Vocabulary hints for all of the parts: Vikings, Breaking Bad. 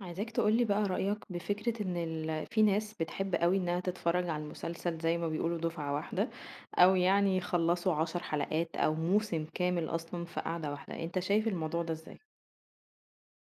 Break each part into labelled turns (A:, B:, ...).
A: عايزاك تقولي بقى رأيك بفكرة إن في ناس بتحب قوي إنها تتفرج على المسلسل زي ما بيقولوا دفعة واحدة، أو يعني يخلصوا 10 حلقات أو موسم كامل أصلا في قعدة واحدة. أنت شايف الموضوع ده إزاي؟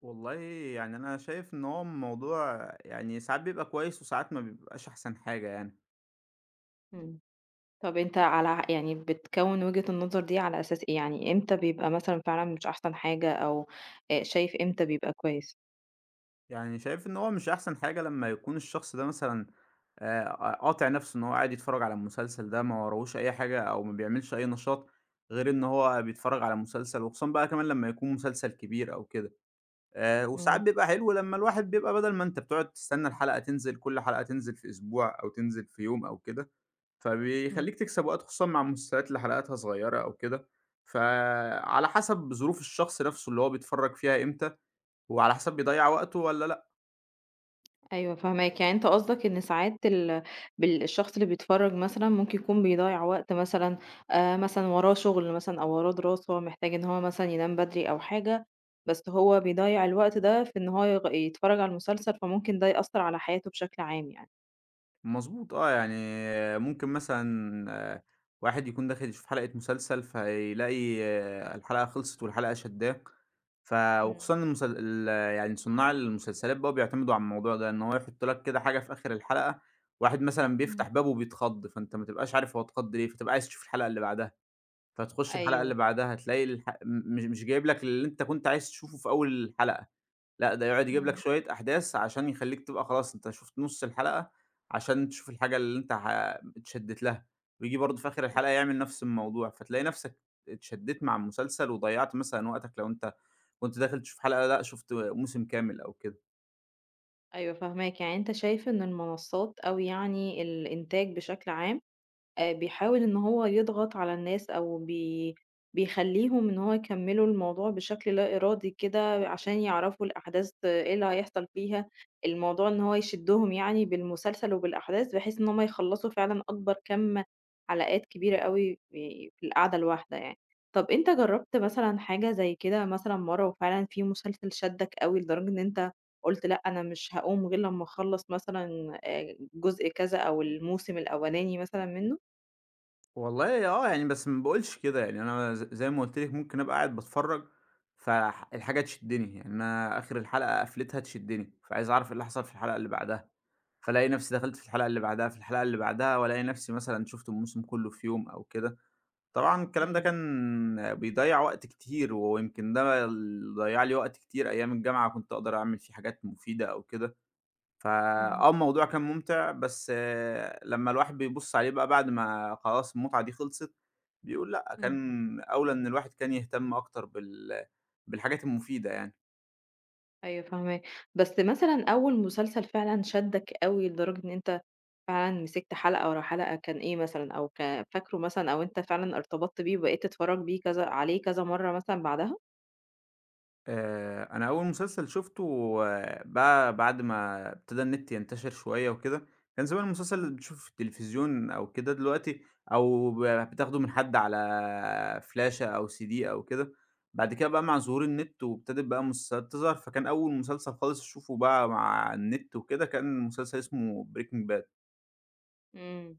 B: والله يعني أنا شايف إن هو الموضوع يعني ساعات بيبقى كويس وساعات ما بيبقاش أحسن حاجة يعني،
A: مم. طب أنت يعني بتكون وجهة النظر دي على أساس إيه، يعني إمتى بيبقى مثلا فعلا مش أحسن حاجة، أو شايف إمتى بيبقى كويس؟
B: يعني شايف إن هو مش أحسن حاجة لمّا يكون الشخص ده مثلًا آآ قاطع نفسه إن هو قاعد يتفرّج على المسلسل ده ما وراهوش أي حاجة أو ما بيعملش أي نشاط غير إن هو بيتفرّج على مسلسل وخصوصًا بقى كمان لمّا يكون مسلسل كبير أو كده، وساعات بيبقى حلو لمّا الواحد بيبقى بدل ما أنت بتقعد تستنى الحلقة تنزل كل حلقة تنزل في أسبوع أو تنزل في يوم أو كده
A: مم.
B: فبيخلّيك تكسب وقت خصوصًا مع المسلسلات اللي حلقاتها صغيّرة أو كده، فعلى حسب ظروف الشخص نَفْسه اللي هو بيتفرّج فيها إمتى، وعلى حسب بيضيّع وقته والّا لأ.
A: أيوه فاهماك، يعني أنت قصدك إن ساعات بال الشخص اللي بيتفرّج مثلًا ممكن يكون بيضيّع وقت مثلًا، مثلًا وراه شغل مثلًا أو وراه دراسة، محتاج إن هو مثلًا ينام بدري أو حاجة، بس هو بيضيّع الوقت ده في إن هو يتفرّج على المسلسل، فممكن ده يأثّر على حياته بشكل عام يعني.
B: مضبوط آه، يعني ممكن مثلًا آه، واحد يكون داخل يشوف حلقة مسلسل فيلاقي آه، الحلقة خلصت والحلقة شدّاه، ف
A: إمم.
B: وخصوصًا المسل ال يعني صُنّاع المسلسلات بقى بيعتمدوا على الموضوع ده، إن هو يحُط لك كده حاجة في آخِر الحلقة، واحد مثلًا
A: إمم.
B: بيفتح بابه وبيتخض، فأنت ما تبقاش عارف هو اتخض ليه، فتبقى عايز تشوف الحلقة اللي بعدها. فتخش الحلقة اللي
A: أيوه.
B: بعدها تلاقي الح م مش جايب لك اللي أنت كنت عايز تشوفه في أول الحلقة، لأ ده يقعد يجيب لك
A: إمم.
B: شوية أحداث عشان يخلّيك تبقى خلاص أنت شُفت نُص الحلقة، عشان تشوف الحاجة اللي أنت ح اتشدّيت لها، وييجي برضه في آخر الحلقة يعمل نفس الموضوع، فتلاقي نفسك اتشدّيت مع المسلسل وضيّعت مثلًا وقتك لو أنت كنت داخل تشوف حلقة لأ شُفت موسم كامل أو كده.
A: أيوه فاهماك، يعني أنت شايف إن المنصات أو يعني الإنتاج بشكل عام بيحاول إن هو يضغط على الناس، أو بيخلّيهم إن هو يكمّلوا الموضوع بشكل لا إرادي كده عشان يعرفوا الأحداث، إيه اللي هيحصل فيها، الموضوع إن هو يشدّهم يعني بالمسلسل وبالأحداث، بحيث إن هم يخلّصوا فعلًا أكبر كَم حلقات كبيرة أوي في القعدة الواحدة يعني. طَب أنت جرّبت مثلًا حاجة زي كده مثلًا مرّة، وفعلًا في مسلسل شدّك أوي لدرجة إن أنت قُلت لأ، أنا مش هاقوم غير لمّا أخلّص مثلًا جزء كذا أو الموسم الأولاني مثلًا منّه؟
B: والله آه، يعني بس ما باقولش كده، يعني أنا زي ما قُلت لِك ممكن أبقى قاعد باتفرّج، الحاجة تشدّني، يعني أنا آخر الحلقة قفلتها تشدّني، فعايز أعرف إيه اللي حصل في الحلقة اللي بعدها، فالاقي نفسي دخلت في الحلقة اللي بعدها، في الحلقة اللي بعدها، والاقي نفسي مثلًا شُفت الموسم كلّه في يوم أو كده. طبعًا الكلام ده
A: إمم.
B: كان بيضيّع وقت كتير، ويمكن ده اللي ضيّع لي وقت كتير أيام الجامعة كنت أقدر أعمل فيه حاجات مفيدة أو كده.
A: إمم.
B: فآه الموضوع كان ممتع، بس آه، لمّا الواحد بيبُص عليه بقى بعد ما خلاص المتعة دي خلصت، بيقول لأ،
A: إمم.
B: كان أولى إن الواحد كان يهتم أكتر بالحاجات المفيدة يعني.
A: أيوه فاهماك. بس مثلًا أول مسلسل فعلًا شدّك أوي لدرجة إن أنت فعلًا مسكت حلقة ورا حلقة، كان إيه مثلًا، أو فاكره مثلًا، أو أنت فعلًا ارتبطت بيه وبقيت تتفرّج بيه كذا، عليه كذا مرّة مثلًا بعدها؟
B: أنا أول مسلسل شُفته آه، بقى بعد ما ابتدى النت ينتشر شوية وكده، كان زمان المسلسل
A: إمم.
B: اللي بتشوفه في التلفزيون أو كده دلوقتي أو ب بتاخده من حد على فلاشة أو CD أو كده، بعد كده بقى مع ظهور النت وابتدت بقى المسلسلات تظهر، فكان أول مسلسل خالص أشوفه بقى مع النت وكده كان مسلسل اسمه Breaking Bad.
A: إمم.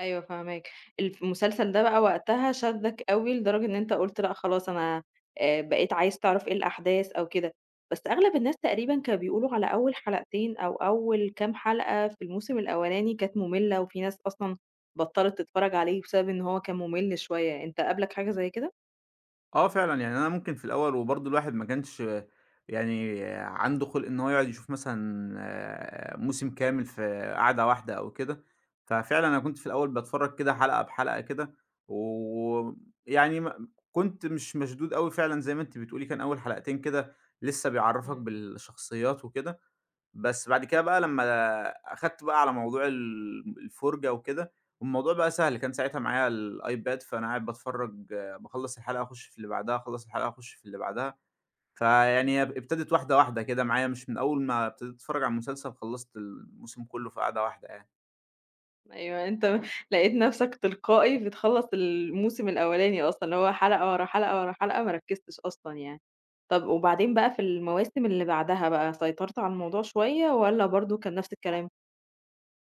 A: أيوه فاهماك. المسلسل ده بقى وقتها شدّك أوي لدرجة إن أنت قُلت لأ خلاص، أنا بقيت عايز تعرف إيه الأحداث أو كده، بس أغلب الناس تقريبًا كانوا بيقولوا على أول حلقتين أو أول كام حلقة في الموسم الأولاني كانت مُمِلّة، وفي ناس أصلًا بطّلت تتفرّج عليه بسبب إن هو كان مُمِل شوية، أنت قابلك حاجة زي كده؟
B: آه فعلًا، يعني أنا ممكن في الأول وبرضه الواحد ما كانش يعني عنده خُلْق إن هو يقعد يشوف مثلًا آه، موسم كامل في قعدة واحدة أو كده، ففعلًا أنا كنت في الأول باتفرّج كده حلقة بحلقة كده، ويعني ما كنت مش مشدود أوي فعلًا زي ما أنتِ بتقولي، كان أول حلقتين كده لسه بيعرّفك
A: إمم.
B: بالشخصيات وكده، بس بعد كده بقى لمّا أخدت بقى على موضوع الفُرجة وكده، والموضوع بقى سهل، كان ساعتها معايا الiPad فأنا قاعد باتفرّج باخلّص الحلقة أخُش في اللي بعدها، أخلّص الحلقة أخُش في اللي بعدها،
A: إمم.
B: فيعني ابتدت واحدة، واحدة كده معايا، مش من أول ما ابتديت أتفرّج على المسلسل خلّصت الموسم كُلّه في قعدة واحدة يعني.
A: أيوه، أنت لقيت نفسك تلقائي بتخلّص الموسم الأولاني أصلًا، اللي هو حلقة ورا حلقة ورا حلقة، ما ركّزتش أصلًا يعني. طب وبعدين بقى في المواسم اللي بعدها بقى، سيطرت على الموضوع شوية والّا برضه كان نفس الكلام؟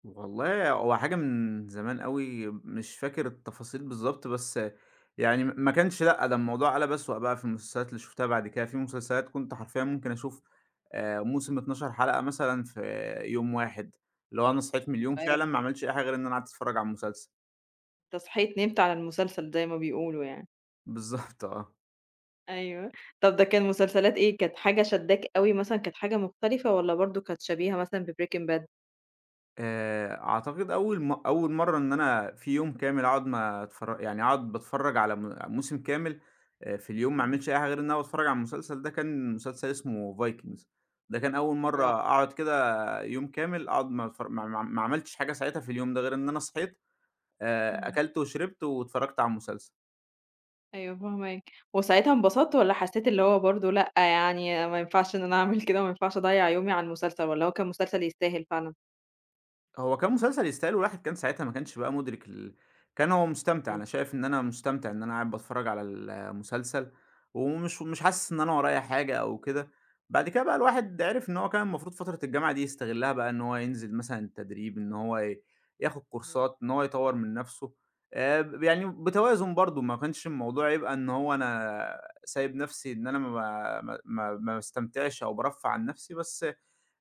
B: والله هو حاجة من زمان أوي، مش فاكر التفاصيل بالضبط، بس يعني م ما كانش لأ، ده الموضوع قَلَب أسوأ بقى في المسلسلات اللي شُفتها بعد كده، في مسلسلات كنت حرفيًا ممكن أشوف موسم 12 حلقة مثلًا في يوم واحد، اللي هو أنا صحيت من اليوم
A: ايوه،
B: فعلًا ما عملتش أي حاجة غير إن أنا قعدت أتفرّج على المسلسل.
A: أنت صحيت نمت على المسلسل زي ما بيقولوا يعني.
B: بالضبط آه.
A: أيوه. طب ده كان مسلسلات إيه؟ كانت حاجة شدّاك أوي مثلًا، كانت حاجة مختلفة والّا برضه كانت شبيهة مثلًا بBreaking Bad؟
B: أعتقد أول مرّة إن أنا في يوم كامل أقعد ما أتفر يعني أقعد باتفرّج على موسم كامل في اليوم ما
A: إمم.
B: أعملش أي حاجة غير إن أنا باتفرّج على المسلسل ده، كان مسلسل اسمه Vikings ده كان أول مرّة
A: آه.
B: أقعد كده يوم كامل أقعد ما أتفر ما ما ما عملتش حاجة ساعتها في اليوم ده، غير إن أنا صحيت
A: إمم.
B: أكلت وشربت واتفرّجت على المسلسل.
A: أيوه فاهماك، وساعتها انبسطت والّا حسيت اللي هو برضه لأ، يعني ما ينفعش إن أنا أعمل كده وما ينفعش أضيّع يومي على المسلسل، والّا هو كان مسلسل يستاهل فعلًا؟
B: هو كان مسلسل يستاهل والواحد كان ساعتها ما كانش بقى مُدرك كان هو مستمتع،
A: إمم.
B: أنا شايف إن أنا مستمتع إن أنا قاعد باتفرّج على المسلسل، ومش مش حاسس إن أنا ورايا حاجة أو كده، بعد كده بقى الواحد عرف إن هو كان المفروض فترة الجامعة دي يستغلّها بقى إن هو ينزل مثلًا تدريب، إن هو ي ياخد
A: إمم.
B: كورسات، إن هو يطوّر من نَفْسه، ب يعني بتوازن برضه، ما كانش الموضوع يبقى إن هو أنا سايب نَفْسي إن أنا ما باستمتعش أو بارفّه عن نَفْسي، بس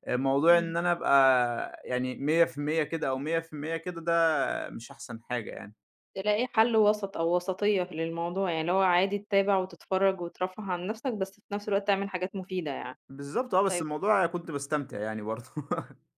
B: موضوع إن
A: إمم،
B: أنا أبقى يعني 100% كده أو 100% كده ده مش أحسن حاجة يعني.
A: تلاقي حل وسط أو وسطية في للموضوع، يعني اللي هو عادي تتابع وتتفرج وترفّه عن نفسك، بس في نفس الوقت تعمل حاجات مفيدة يعني.
B: بالضبط آه، بس
A: طيب.
B: الموضوع كنت باستمتع يعني برضه.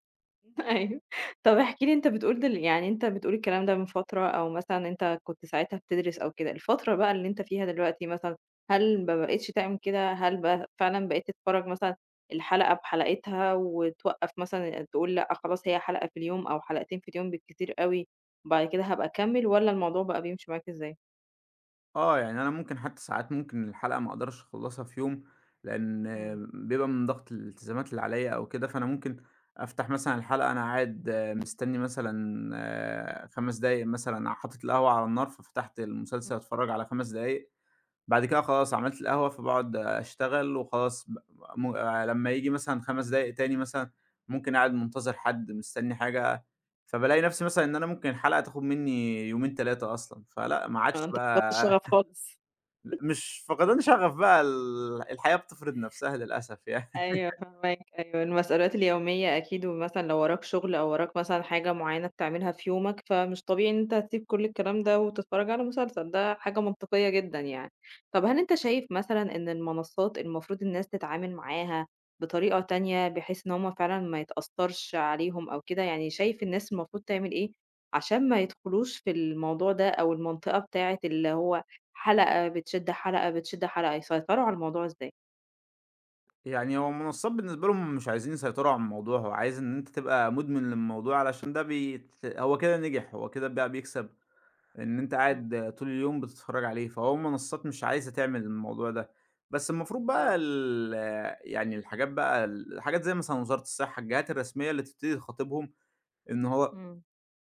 A: أيوه. طب احكِ لي، أنت بتقول يعني أنت بتقول الكلام ده من فترة، أو مثلًا أنت كنت ساعتها بتدرس أو كده، الفترة بقى اللي أنت فيها دلوقتي مثلًا، هل ما بقيتش تعمل كده؟ هل بقى فعلًا بقيت تتفرّج مثلًا الحلقة بحلقتها وتوقّف مثلًا تقول لأ خلاص، هي حلقة في اليوم أو حلقتين في اليوم بالكتير أوي، وبعد كده هابقى أكمّل، والّا الموضوع بقى بيمشي معاك إزاي؟
B: آه، يعني أنا ممكن حتى ساعات ممكن الحلقة ما أقدرش أخلّصها في يوم، لإن
A: إمم.
B: بيبقى من ضغط الالتزامات اللي عليّا أو كده، فأنا ممكن أفتح مثلًا الحلقة أنا قاعد مستني مثلًا 5 دقايق مثلًا، حاطط القهوة على النار ففتحت المسلسل أتفرّج على 5 دقايق بعد كده خلاص عملت القهوة، فباقعد أشتغل وخلاص ب م آه، لمّا ييجي مثلًا 5 دقايق تاني مثلًا، ممكن قاعد منتظر حد، مستني حاجة، فبالاقي نفسي مثلًا إن أنا ممكن الحلقة تاخد منّي يومين، 3 أصلًا، فلأ ما
A: والّا
B: عادش
A: أنت فقدت
B: بقى
A: الشغف خالص؟
B: لأ مش فقدان شغف بقى الحياة بتفرض نفسها للأسف يعني.
A: أيوه فاهماك، أيوه المسؤوليات اليومية أكيد، ومثلًا لو وراك شغل أو وراك مثلًا حاجة معيّنة بتعملها في يومك، فمش طبيعي إن أنت هتسيب كل الكلام ده وتتفرج على مسلسل، ده حاجة منطقية جدًا يعني. طب هل أنت شايف مثلًا إن المنصات المفروض الناس تتعامل معاها بطريقة تانية، بحيث إن هم فعلًا ما يتأثّرش عليهم أو كده؟ يعني شايف الناس المفروض تعمل إيه عشان ما يدخلوش في الموضوع ده أو المنطقة بتاعة اللي هو حلقة بتشد حلقة، بتشد حلقة، يسيطروا على الموضوع إزاي؟
B: يعني هو المنصات بالنسبة لهم مش عايزين يسيطروا على الموضوع، هو عايز إن أنت تبقى مدمن للموضوع علشان ده بيت هو كده نجح، هو كده بقى بيكسب إن أنت
A: إمم.
B: قاعد طول اليوم بتتفرّج عليه، فهو المنصّات مش عايزة تعمل الموضوع ده، بس المفروض
A: آه.
B: بقى يعني الحاجات زي مثلًا وزارة الصحة، الجهات الرسمية اللي تبتدي تخاطبهم إن هو
A: إمم.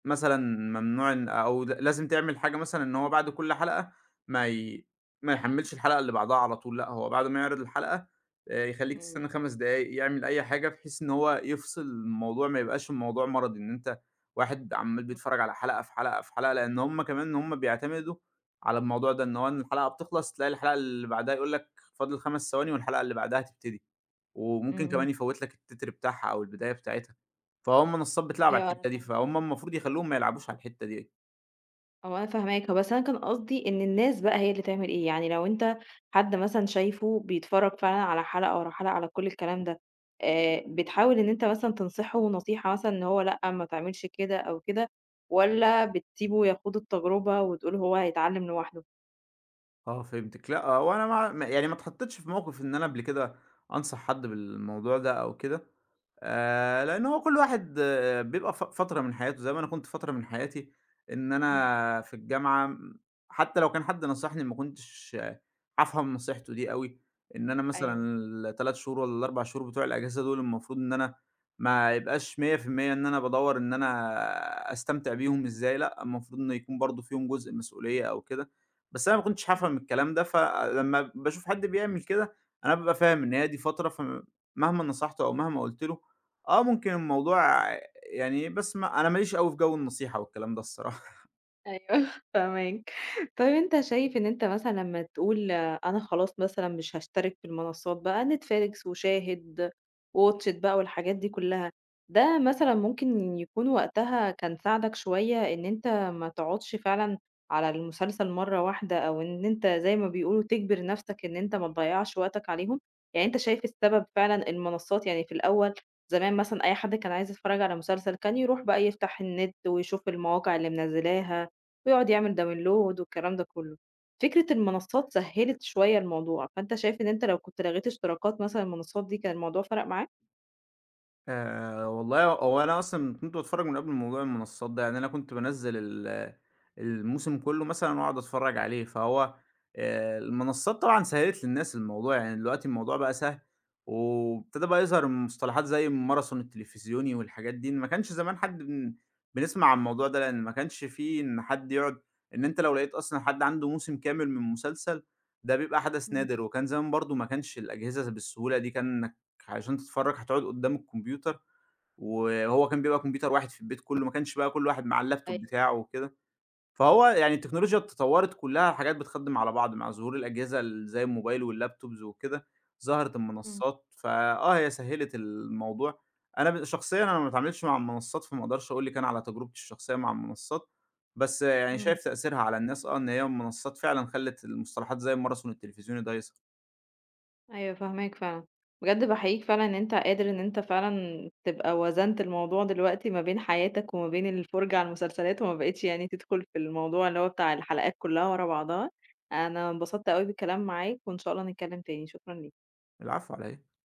B: مثلًا ممنوع إن أو ل لازم تعمل حاجة مثلًا إن هو بعد كل حلقة ما ي ما يحمّلش الحلقة اللي بعدها على طول، لأ هو بعد ما يعرض الحلقة يخلّيك
A: إمم.
B: تستنى 5 دقايق، يعمل أي حاجة بحيث إن هو يفصل الموضوع، ما يبقاش الموضوع مرضي، إن أنت واحد عمّال
A: إمم.
B: بيتفرّج على حلقة في حلقة في حلقة، لإن هم كمان هم بيعتمدوا على الموضوع ده، إن الحلقة بتخلص تلاقي الحلقة اللي بعدها يقول لك فاضل 5 ثواني والحلقة اللي بعدها هتبتدي.
A: إمم.
B: وممكن
A: إمم.
B: كمان يفوّت لك التتر بتاعها أو البداية بتاعتها، فهو المنصّات بتلعب على
A: أيوه أنا
B: الحتّة دي،
A: فاهماك،
B: فهُم المفروض يخلّوهم ما يلعبوش على الحتّة دي.
A: هو أنا فاهماك، هو بس أنا كان قصدي إن الناس بقى هي اللي تعمل إيه، يعني لو أنت حد مثلًا شايفه بيتفرّج فعلًا على حلقة ورا حلقة على كل الكلام ده، بتحاول إن أنت مثلًا تنصحه نصيحة مثلًا إن هو لأ، ما تعملش كده أو كده، والّا بتسيبه يخوض التجربة وتقول هو هيتعلم لوحده؟
B: آه فهمتِك، لأ هو أنا ما يعني ما اتحطّيتش في موقِف إن أنا قبل كده أنصح حد بالموضوع ده أو كده. لإن هو كل واحد آه، بيبقى فترة من حياته، زي ما أنا كنت فترة من حياتي إن
A: إمم.
B: أنا في الجامعة حتى لو كان حد نصحني ما كنتش هافهم نصيحته دي أوي، إن أنا
A: أيوه.
B: مثلًا ال3 شهور والّا ال4 شهور بتوع الأجازة دول المفروض إن أنا ما يبقاش 100% إن أنا بادوّر إن أنا أستمتع بيهم إزاي، لأ، المفروض إنه يكون برضه فيهم جزء مسؤولية أو كده، بس أنا ما كنتش
A: إمم.
B: هافهم الكلام ده، فلمّا باشوف حد بيعمل كده أنا بابقى فاهم إن هي دي فترة مهما نصحته أو مهما قُلت له آه ممكن الموضوع يعني بس ما أنا ما ليش أوي في جو النصيحة والكلام ده الصراحة.
A: أيوه فاهماك. طيب أنت شايف إن أنت مثلًا لمّا تقول أنا خلاص مثلًا مش هاشترك في المنصات بقى نتفليكس وشاهد وwatch it بقى والحاجات دي كلها، ده مثلًا ممكن يكون وقتها كان ساعدك شوية إن أنت ما تقعدش فعلًا على المسلسل مرة واحدة، أو إن أنت زي ما بيقولوا تجبر نفسك إن أنت ما تضيّعش وقتك عليهم؟ يعني أنت شايف السبب فعلًا المنصات، يعني في الأول زمان مثلًا أي حد كان عايز يتفرج على مسلسل كان يروح بقى يفتح النت ويشوف المواقع اللي منزلاها، ويقعد يعمل download والكلام ده كله. فكرة المنصات سهّلت شوية الموضوع، فأنت شايف إن أنت لو كنت لغيت اشتراكات مثلًا المنصات دي، كان الموضوع فرق معاك؟
B: والله هو أنا أصلًا كنت باتفرّج من قبل موضوع المنصّات ده، يعني أنا كنت بانزّل الموسم كلّه مثلًا وأقعد أتفرّج عليه، فهو المنصّات طبعًا سهّلت للناس الموضوع، يعني دلوقتي الموضوع بقى سهل، وابتدى بقى يظهر مصطلحات زي الماراثون التلفزيوني والحاجات دي، ما كانش زمان حد بن بنسمع عن الموضوع ده، لإن ما كانش في إن حد يقعد إن أنت لو لقيت أصلًا حد عنده موسم كامل من مسلسل، ده بيبقى حدث
A: إمم.
B: نادر، وكان زمان برضه ما كانش الأجهزة بالسهولة دي، كان علشان تتفرّج هتقعد قدّام الكمبيوتر، وهو كان بيبقى كمبيوتر واحد في البيت كلّه، ما كانش بقى كل واحد مع اللابتوب
A: أيوه.
B: بتاعه وكده، فهو يعني التكنولوجيا اتطوّرت كلّها حاجات بتخدم على بعض، مع ظهور الأجهزة زي الموبايل واللابتوبز وكده، ظهرت
A: إمم.
B: المنصّات، فآه هي سهّلت الموضوع. أنا ب شخصيًا أنا ما باتعاملش مع المنصّات، فما اقدرش أقول لِك أنا على تجربتي الشخصية مع المنصّات، بس يعني
A: إمم.
B: شايف تأثيرها على الناس آه، إن هي المنصّات فعلًا خلّت المصطلحات زي المَرَثون التلفزيوني ده يظهر.
A: أيوه فاهماك فعلًا. بجد باحييك فعلًا إن أنت قادر إن أنت فعلًا تبقى وزنت الموضوع دلوقتي ما بين حياتك وما بين الفرجة على المسلسلات، وما بقيتش يعني تدخل في الموضوع اللي هو بتاع الحلقات كلها ورا بعضها. أنا انبسطت أوي بالكلام معاك، وإن شاء الله نتكلم تاني، شكرًا ليك.
B: العفو على إيه؟